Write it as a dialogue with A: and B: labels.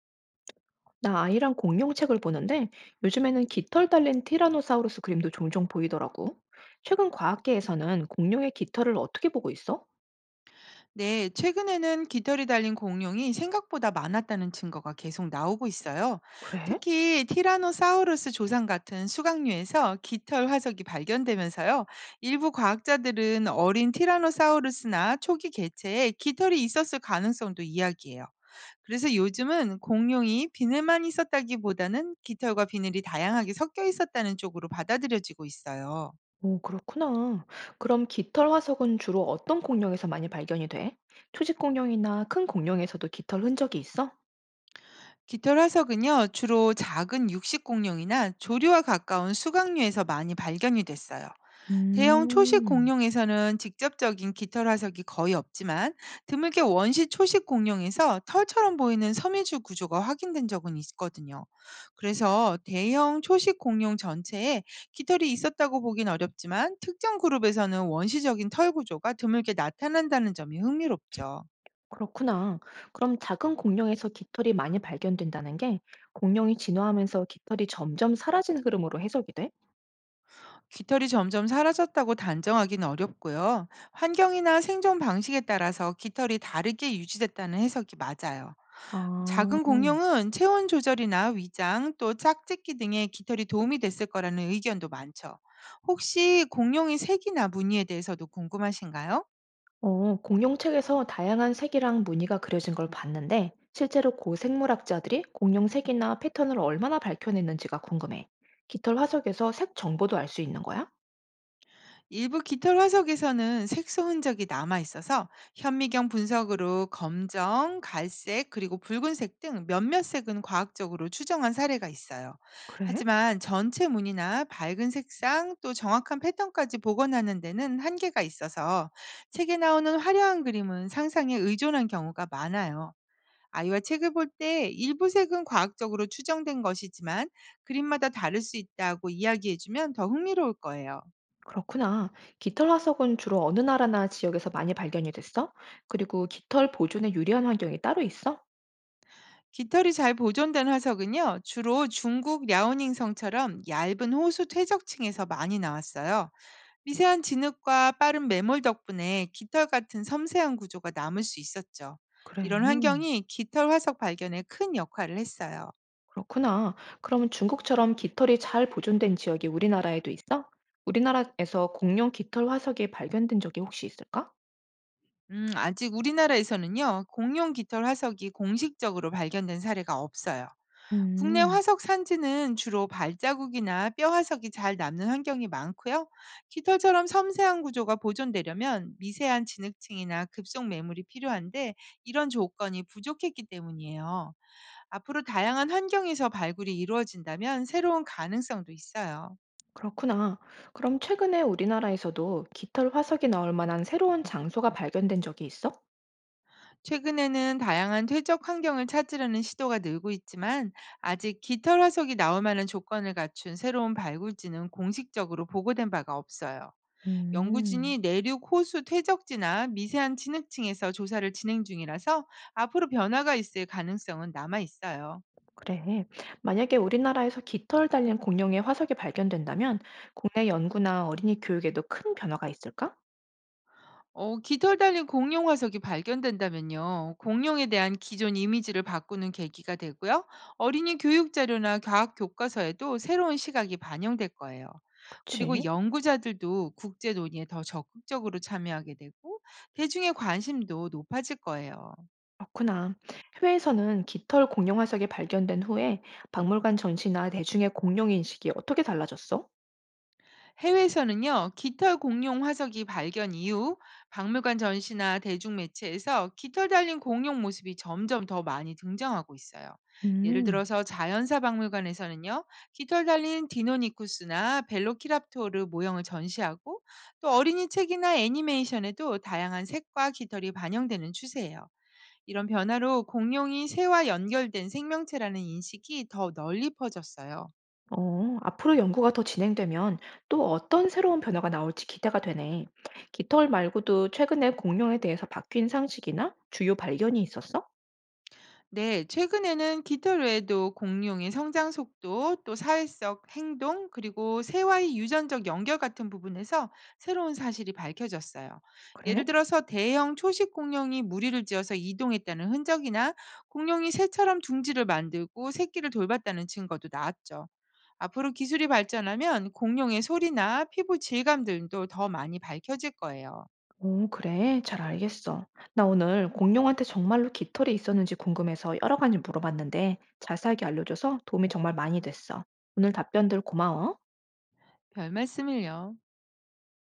A: 나 아이랑 공룡책을 보는데 요즘에는 깃털 달린 티라노사우루스 그림도 종종 보이더라고. 최근 과학계에서는 공룡의 깃털을 어떻게 보고 있어?
B: 네, 최근에는 깃털이 달린 공룡이 생각보다 많았다는 증거가 계속 나오고 있어요.
A: 그래?
B: 특히 티라노사우루스 조상 같은 수각류에서 깃털 화석이 발견되면서요. 일부 과학자들은 어린 티라노사우루스나 초기 개체에 깃털이 있었을 가능성도 이야기해요. 그래서 요즘은 공룡이 비늘만 있었다기보다는 깃털과 비늘이 다양하게 섞여 있었다는 쪽으로 받아들여지고 있어요.
A: 오, 그렇구나. 그럼 깃털 화석은 주로 어떤 공룡에서 많이 발견이 돼? 초식 공룡이나 큰 공룡에서도 깃털 흔적이 있어?
B: 깃털 화석은요, 주로 작은 육식 공룡이나 조류와 가까운 수강류에서 많이 발견이 됐어요. 대형 초식
A: 음,
B: 공룡에서는 직접적인 깃털 화석이 거의 없지만, 드물게 원시 초식 공룡에서 털처럼 보이는 섬유줄 구조가 확인된 적은 있거든요. 그래서 대형 초식 공룡 전체에 깃털이 있었다고 보긴 어렵지만, 특정 그룹에서는 원시적인 털 구조가 드물게 나타난다는 점이 흥미롭죠.
A: 그렇구나. 그럼 작은 공룡에서 깃털이 많이 발견된다는 게 공룡이 진화하면서 깃털이 점점 사라진 흐름으로 해석이 돼?
B: 깃털이 점점 사라졌다고 단정하긴 어렵고요, 환경이나 생존 방식에 따라서 깃털이 다르게 유지됐다는 해석이 맞아요.
A: 아.
B: 작은 공룡은 체온 조절이나 위장, 또 짝짓기 등의 깃털이 도움이 됐을 거라는 의견도 많죠. 혹시 공룡의 색이나 무늬에 대해서도 궁금하신가요?
A: 어, 공룡책에서 다양한 색이랑 무늬가 그려진 걸 봤는데, 실제로 고 생물학자들이 공룡색이나 패턴을 얼마나 밝혀냈는지가 궁금해. 깃털 화석에서 색 정보도 알 수 있는 거야?
B: 일부 깃털 화석에서는 색소 흔적이 남아 있어서, 현미경 분석으로 검정, 갈색, 그리고 붉은색 등 몇몇 색은 과학적으로 추정한 사례가 있어요.
A: 그래?
B: 하지만 전체 무늬나 밝은 색상, 또 정확한 패턴까지 복원하는 데는 한계가 있어서, 책에 나오는 화려한 그림은 상상에 의존한 경우가 많아요. 아이와 책을 볼 때 일부 색은 과학적으로 추정된 것이지만, 그림마다 다를 수 있다고 이야기해주면 더 흥미로울 거예요.
A: 그렇구나. 깃털 화석은 주로 어느 나라나 지역에서 많이 발견이 됐어? 그리고 깃털 보존에 유리한 환경이 따로 있어?
B: 깃털이 잘 보존된 화석은요, 주로 중국 랴오닝성처럼 얇은 호수 퇴적층에서 많이 나왔어요. 미세한 진흙과 빠른 매몰 덕분에 깃털 같은 섬세한 구조가 남을 수 있었죠.
A: 그래.
B: 이런 환경이 깃털 화석 발견에 큰 역할을 했어요.
A: 그렇구나. 그럼 중국처럼 깃털이 잘 보존된 지역이 우리나라에도 있어? 우리나라에서 공룡 깃털 화석이 발견된 적이 혹시 있을까?
B: 아직 우리나라에서는요, 공룡 깃털 화석이 공식적으로 발견된 사례가 없어요. 국내
A: 음.
B: 화석 산지는 주로 발자국이나 뼈 화석이 잘 남는 환경이 많고요. 깃털처럼 섬세한 구조가 보존되려면 미세한 진흙층이나 급속 매물이 필요한데, 이런 조건이 부족했기 때문이에요. 앞으로 다양한 환경에서 발굴이 이루어진다면 새로운 가능성도 있어요.
A: 그렇구나. 그럼 최근에 우리나라에서도 깃털 화석이 나올 만한 새로운 장소가 발견된 적이 있어?
B: 최근에는 다양한 퇴적 환경을 찾으려는 시도가 늘고 있지만, 아직 깃털 화석이 나올 만한 조건을 갖춘 새로운 발굴지는 공식적으로 보고된 바가 없어요.
A: 음,
B: 연구진이 내륙 호수 퇴적지나 미세한 진흙층에서 조사를 진행 중이라서, 앞으로 변화가 있을 가능성은 남아 있어요.
A: 그래. 만약에 우리나라에서 깃털 달린 공룡의 화석이 발견된다면 국내 연구나 어린이 교육에도 큰 변화가 있을까?
B: 어, 깃털 달린 공룡 화석이 발견된다면요, 공룡에 대한 기존 이미지를 바꾸는 계기가 되고요, 어린이 교육 자료나 과학 교과서에도 새로운 시각이 반영될 거예요. 그리고
A: 그치.
B: 연구자들도 국제 논의에 더 적극적으로 참여하게 되고, 대중의 관심도 높아질 거예요.
A: 그렇구나. 해외에서는 깃털 공룡 화석이 발견된 후에 박물관 전시나 대중의 공룡 인식이 어떻게 달라졌어?
B: 해외에서는요, 깃털 공룡 화석이 발견 이후 박물관 전시나 대중 매체에서 깃털 달린 공룡 모습이 점점 더 많이 등장하고 있어요. 예를
A: 음.
B: 들어서 자연사 박물관에서는요, 깃털 달린 디노니쿠스나 벨로키랍토르 모형을 전시하고, 또 어린이 책이나 애니메이션에도 다양한 색과 깃털이 반영되는 추세예요. 이런 변화로 공룡이 새와 연결된 생명체라는 인식이 더 널리 퍼졌어요.
A: 어, 앞으로 연구가 더 진행되면 또 어떤 새로운 변화가 나올지 기대가 되네. 깃털 말고도 최근에 공룡에 대해서 바뀐 상식이나 주요 발견이 있었어?
B: 네, 최근에는 깃털 외에도 공룡의 성장 속도, 또 사회적 행동, 그리고 새와의 유전적 연결 같은 부분에서 새로운 사실이 밝혀졌어요. 예를
A: 그래?
B: 들어서 대형 초식 공룡이 무리를 지어서 이동했다는 흔적이나, 공룡이 새처럼 둥지를 만들고 새끼를 돌봤다는 증거도 나왔죠. 앞으로 기술이 발전하면 공룡의 소리나 피부 질감 들도 더 많이 밝혀질 거예요.
A: 오, 그래. 잘 알겠어. 나 오늘 공룡한테 정말로 깃털이 있었는지 궁금해서 여러 가지 물어봤는데 자세하게 알려줘서 도움이 정말 많이 됐어. 오늘 답변들 고마워.
B: 별 말씀을요.